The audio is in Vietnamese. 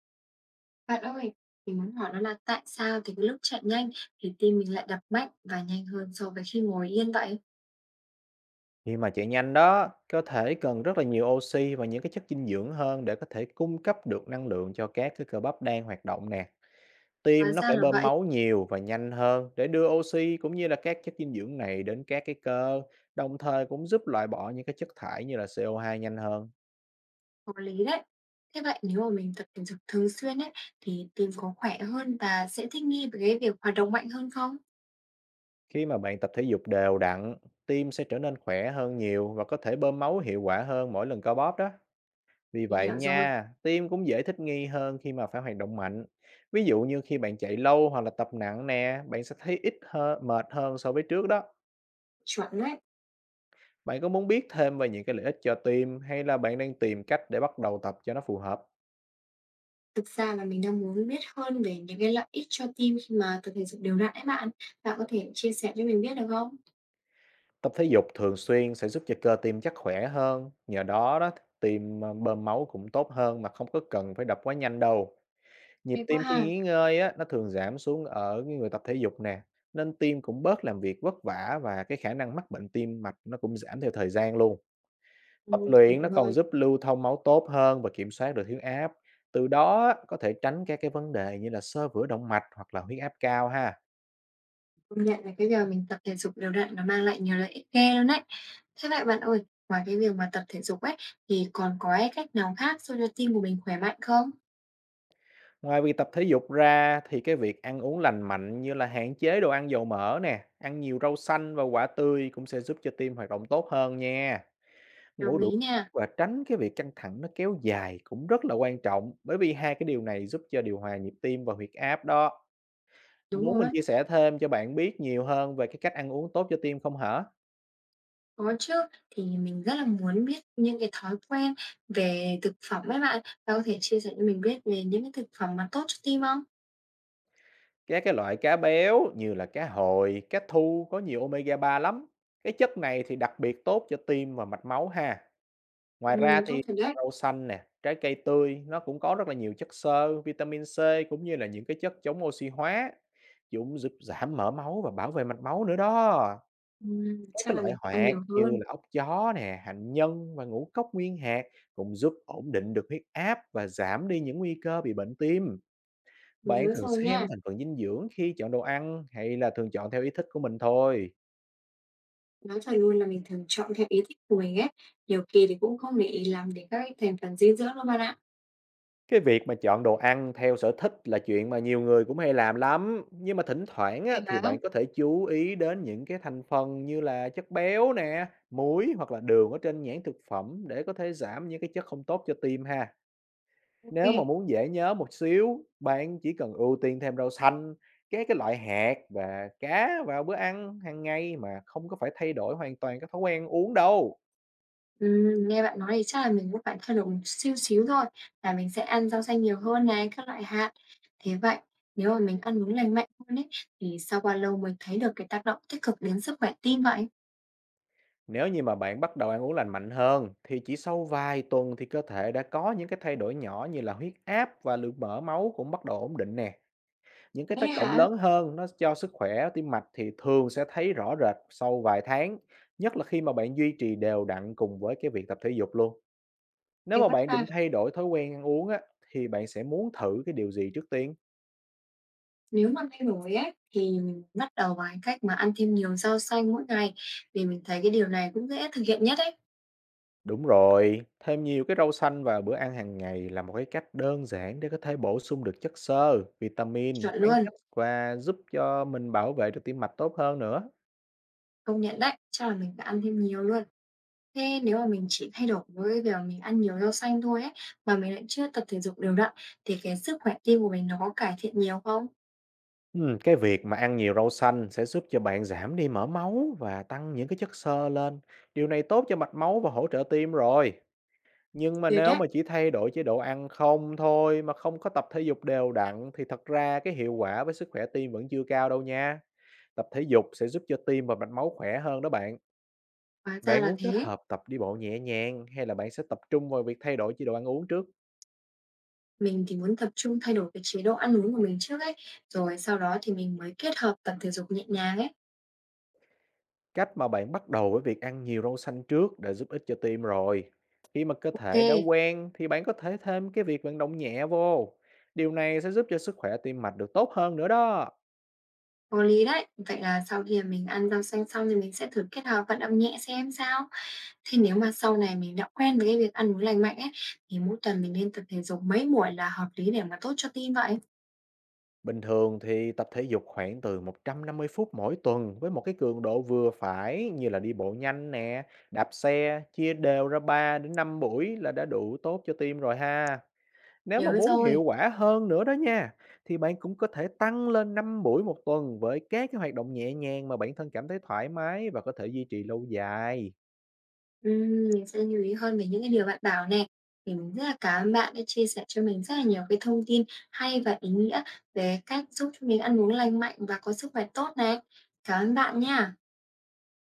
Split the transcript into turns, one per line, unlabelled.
Bạn ơi, mình muốn hỏi đó là tại sao thì cái lúc chạy nhanh thì tim mình lại đập mạnh và nhanh hơn so với khi ngồi yên vậy?
Khi mà chạy nhanh đó, có thể cần rất là nhiều oxy và những cái chất dinh dưỡng hơn để có thể cung cấp được năng lượng cho các cái cơ bắp đang hoạt động nè.
Hóa
Tim nó
ra
phải
là
bơm
vậy,
máu nhiều và nhanh hơn để đưa oxy cũng như là các chất dinh dưỡng này đến các cái cơ, đồng thời cũng giúp loại bỏ những cái chất thải như là CO2 nhanh hơn.
có lý đấy. Thế vậy nếu mà mình tập thể dục thường xuyên ấy thì tim có khỏe hơn và sẽ thích nghi với cái việc hoạt động mạnh hơn không?
Khi mà bạn tập thể dục đều đặn, tim sẽ trở nên khỏe hơn nhiều và có thể bơm máu hiệu quả hơn mỗi lần co bóp đó. Vì
Mình
vậy
hiểu rồi,
nha, tim cũng dễ thích nghi hơn khi mà phải hoạt động mạnh. Ví dụ như khi bạn chạy lâu hoặc là tập nặng nè, bạn sẽ thấy ít hơn, mệt hơn so với trước đó.
chuẩn đấy.
Bạn có muốn biết thêm về những cái lợi ích cho tim, hay là bạn đang tìm cách để bắt đầu tập cho nó phù hợp?
Thực ra là mình đang muốn biết hơn về những cái lợi ích cho tim khi mà tập thể dục đều đặn ấy bạn. Bạn có thể chia sẻ cho mình biết được không?
Tập thể dục thường xuyên sẽ giúp cho cơ tim chắc khỏe hơn, nhờ đó đó tim à, bơm máu cũng tốt hơn mà không có cần phải đập quá nhanh đâu. Nhịp
Hay quá
tim khi
ha.
nghỉ ngơi á, nó thường giảm xuống ở cái người tập thể dục nè, nên tim cũng bớt làm việc vất vả, và cái khả năng mắc bệnh tim mạch nó cũng giảm theo thời gian luôn.
Ừ,
Tập
hiểu
luyện nó còn
rồi.
giúp lưu thông máu tốt hơn và kiểm soát được huyết áp. Từ đó á, có thể tránh các cái vấn đề như là xơ vữa động mạch hoặc là huyết áp cao ha.
Công nhận là cái giờ mình tập thể dục đều đặn nó mang lại nhiều lợi ích ghê luôn đấy. Thế vậy bạn ơi, ngoài cái việc mà tập thể dục ấy, thì còn có cái cách nào khác giúp cho tim của mình khỏe mạnh không?
Ngoài việc tập thể dục ra, thì cái việc ăn uống lành mạnh như là hạn chế đồ ăn dầu mỡ nè, ăn nhiều rau xanh và quả tươi cũng sẽ giúp cho tim hoạt động tốt hơn nha. Ngủ
Đồng
đủ
ý
giấc
nha,
và tránh cái việc căng thẳng nó kéo dài cũng rất là quan trọng, bởi vì hai cái điều này giúp cho điều hòa nhịp tim và huyết áp đó.
đúng
Muốn mình
rồi,
chia sẻ thêm cho bạn biết nhiều hơn về cái cách ăn uống tốt cho tim không hả?
có chứ. Thì mình rất là muốn biết những cái thói quen về thực phẩm ấy bạn. Bạn có thể chia sẻ cho mình biết về những cái thực phẩm mà tốt cho tim không?
Các cái loại cá béo như là cá hồi, cá thu có nhiều omega-3 lắm. Cái chất này thì đặc biệt tốt cho tim và mạch máu ha. Ngoài ra
Tốt
thì
thật đấy.
rau xanh nè, trái cây tươi nó cũng có rất là nhiều chất xơ, vitamin C cũng như là những cái chất chống oxy hóa, cũng giúp giảm mỡ máu và bảo vệ mạch máu nữa đó. Các
Chắc
cái
là
loại
mình phải ăn
hoạt
nhiều
như
hơn.
là ốc gió nè, hành nhân và ngũ cốc nguyên hạt cũng giúp ổn định được huyết áp và giảm đi những nguy cơ bị bệnh tim. Bạn
Nhớ
thường
rồi
xem
nha.
thành phần dinh dưỡng khi chọn đồ ăn, hay là thường chọn theo ý thích của mình thôi?
Nói thật luôn là mình thường chọn theo ý thích của mình ấy. Nhiều kỳ thì cũng không để ý lắm đến các cái thành phần dinh dưỡng đâu bạn ạ.
Cái việc mà chọn đồ ăn theo sở thích là chuyện mà nhiều người cũng hay làm lắm. Nhưng mà thỉnh thoảng á,
Vậy
thì
hả?
bạn có thể chú ý đến những cái thành phần như là chất béo nè, muối hoặc là đường ở trên nhãn thực phẩm để có thể giảm những cái chất không tốt cho tim ha.
Ô.
Nếu mà muốn dễ nhớ một xíu, bạn chỉ cần ưu tiên thêm rau xanh, các cái loại hạt và cá vào bữa ăn hàng ngày, mà không có phải thay đổi hoàn toàn các thói quen uống đâu.
Nghe bạn nói thì chắc là mình cũng phải thay đổi một xíu xíu thôi, là mình sẽ ăn rau xanh nhiều hơn này, các loại hạt. Thế vậy, nếu mà mình ăn uống lành mạnh hơn ấy, thì sau bao lâu mới thấy được cái tác động tích cực đến sức khỏe tim vậy?
Nếu như mà bạn bắt đầu ăn uống lành mạnh hơn, thì chỉ sau vài tuần thì cơ thể đã có những cái thay đổi nhỏ, như là huyết áp và lượng mỡ máu cũng bắt đầu ổn định nè. Những cái
Thế
tác động
hả?
lớn hơn nó cho sức khỏe tim mạch thì thường sẽ thấy rõ rệt sau vài tháng, nhất là khi mà bạn duy trì đều đặn cùng với cái việc tập thể dục luôn. Nếu
Em
mà
bắt
bạn
ra
định thay đổi thói quen ăn uống á, thì bạn sẽ muốn thử cái điều gì trước tiên?
nếu mà thay đổi ấy, thì mình bắt đầu bằng cách mà ăn thêm nhiều rau xanh mỗi ngày, vì mình thấy cái điều này cũng dễ thực hiện nhất ấy.
Đúng rồi, thêm nhiều cái rau xanh vào bữa ăn hàng ngày là một cái cách đơn giản để có thể bổ sung được chất xơ, vitamin,
Chuẩn
khoáng
luôn,
chất, và giúp cho mình bảo vệ được tim mạch tốt hơn nữa.
công nhận đấy, chắc là mình phải ăn thêm nhiều luôn. Thế nếu mà mình chỉ thay đổi với việc mình ăn nhiều rau xanh thôi ấy, mà mình lại chưa tập thể dục đều đặn thì cái sức khỏe tim của mình nó có cải thiện nhiều không?
Ừ, cái việc mà ăn nhiều rau xanh sẽ giúp cho bạn giảm đi mỡ máu và tăng những cái chất xơ lên. Điều này tốt cho mạch máu và hỗ trợ tim rồi. Nhưng mà
Tuyệt
nếu
đấy,
mà chỉ thay đổi chế độ ăn không thôi, mà không có tập thể dục đều đặn, thì thật ra cái hiệu quả với sức khỏe tim vẫn chưa cao đâu nha. Tập thể dục sẽ giúp cho tim và mạch máu khỏe hơn đó bạn.
hóa ra
Bạn
là
muốn kết
thế.
hợp tập đi bộ nhẹ nhàng, hay là bạn sẽ tập trung vào việc thay đổi chế độ ăn uống trước?
Mình thì muốn tập trung thay đổi cái chế độ ăn uống của mình trước ấy, rồi sau đó thì mình mới kết hợp tập thể dục nhẹ nhàng ấy.
Cách mà bạn bắt đầu với việc ăn nhiều rau xanh trước đã giúp ích cho tim rồi. Khi mà cơ
Ok,
thể đã quen, thì bạn có thể thêm cái việc vận động nhẹ vô. Điều này sẽ giúp cho sức khỏe tim mạch được tốt hơn nữa đó.
có lý đấy. Vậy là sau khi mà mình ăn rau xanh xong thì mình sẽ thử kết hợp vận động nhẹ xem sao. Thế nếu mà sau này mình đã quen với cái việc ăn uống lành mạnh ấy, thì mỗi tuần mình nên tập thể dục mấy buổi là hợp lý để mà tốt cho tim vậy?
Bình thường thì tập thể dục khoảng từ 150 phút mỗi tuần với một cái cường độ vừa phải, như là đi bộ nhanh nè, đạp xe, chia đều ra 3 đến 5 buổi là đã đủ tốt cho tim rồi ha. Nếu mà
Nhớ
muốn
rồi.
hiệu quả hơn nữa đó nha, thì bạn cũng có thể tăng lên 5 buổi một tuần với các cái hoạt động nhẹ nhàng mà bản thân cảm thấy thoải mái và có thể duy trì lâu dài.
Mình sẽ lưu ý hơn về những cái điều bạn bảo nè. Thì mình rất là cảm ơn bạn đã chia sẻ cho mình rất là nhiều cái thông tin hay và ý nghĩa về cách giúp cho mình ăn uống lành mạnh và có sức khỏe tốt này. Cảm ơn bạn nha.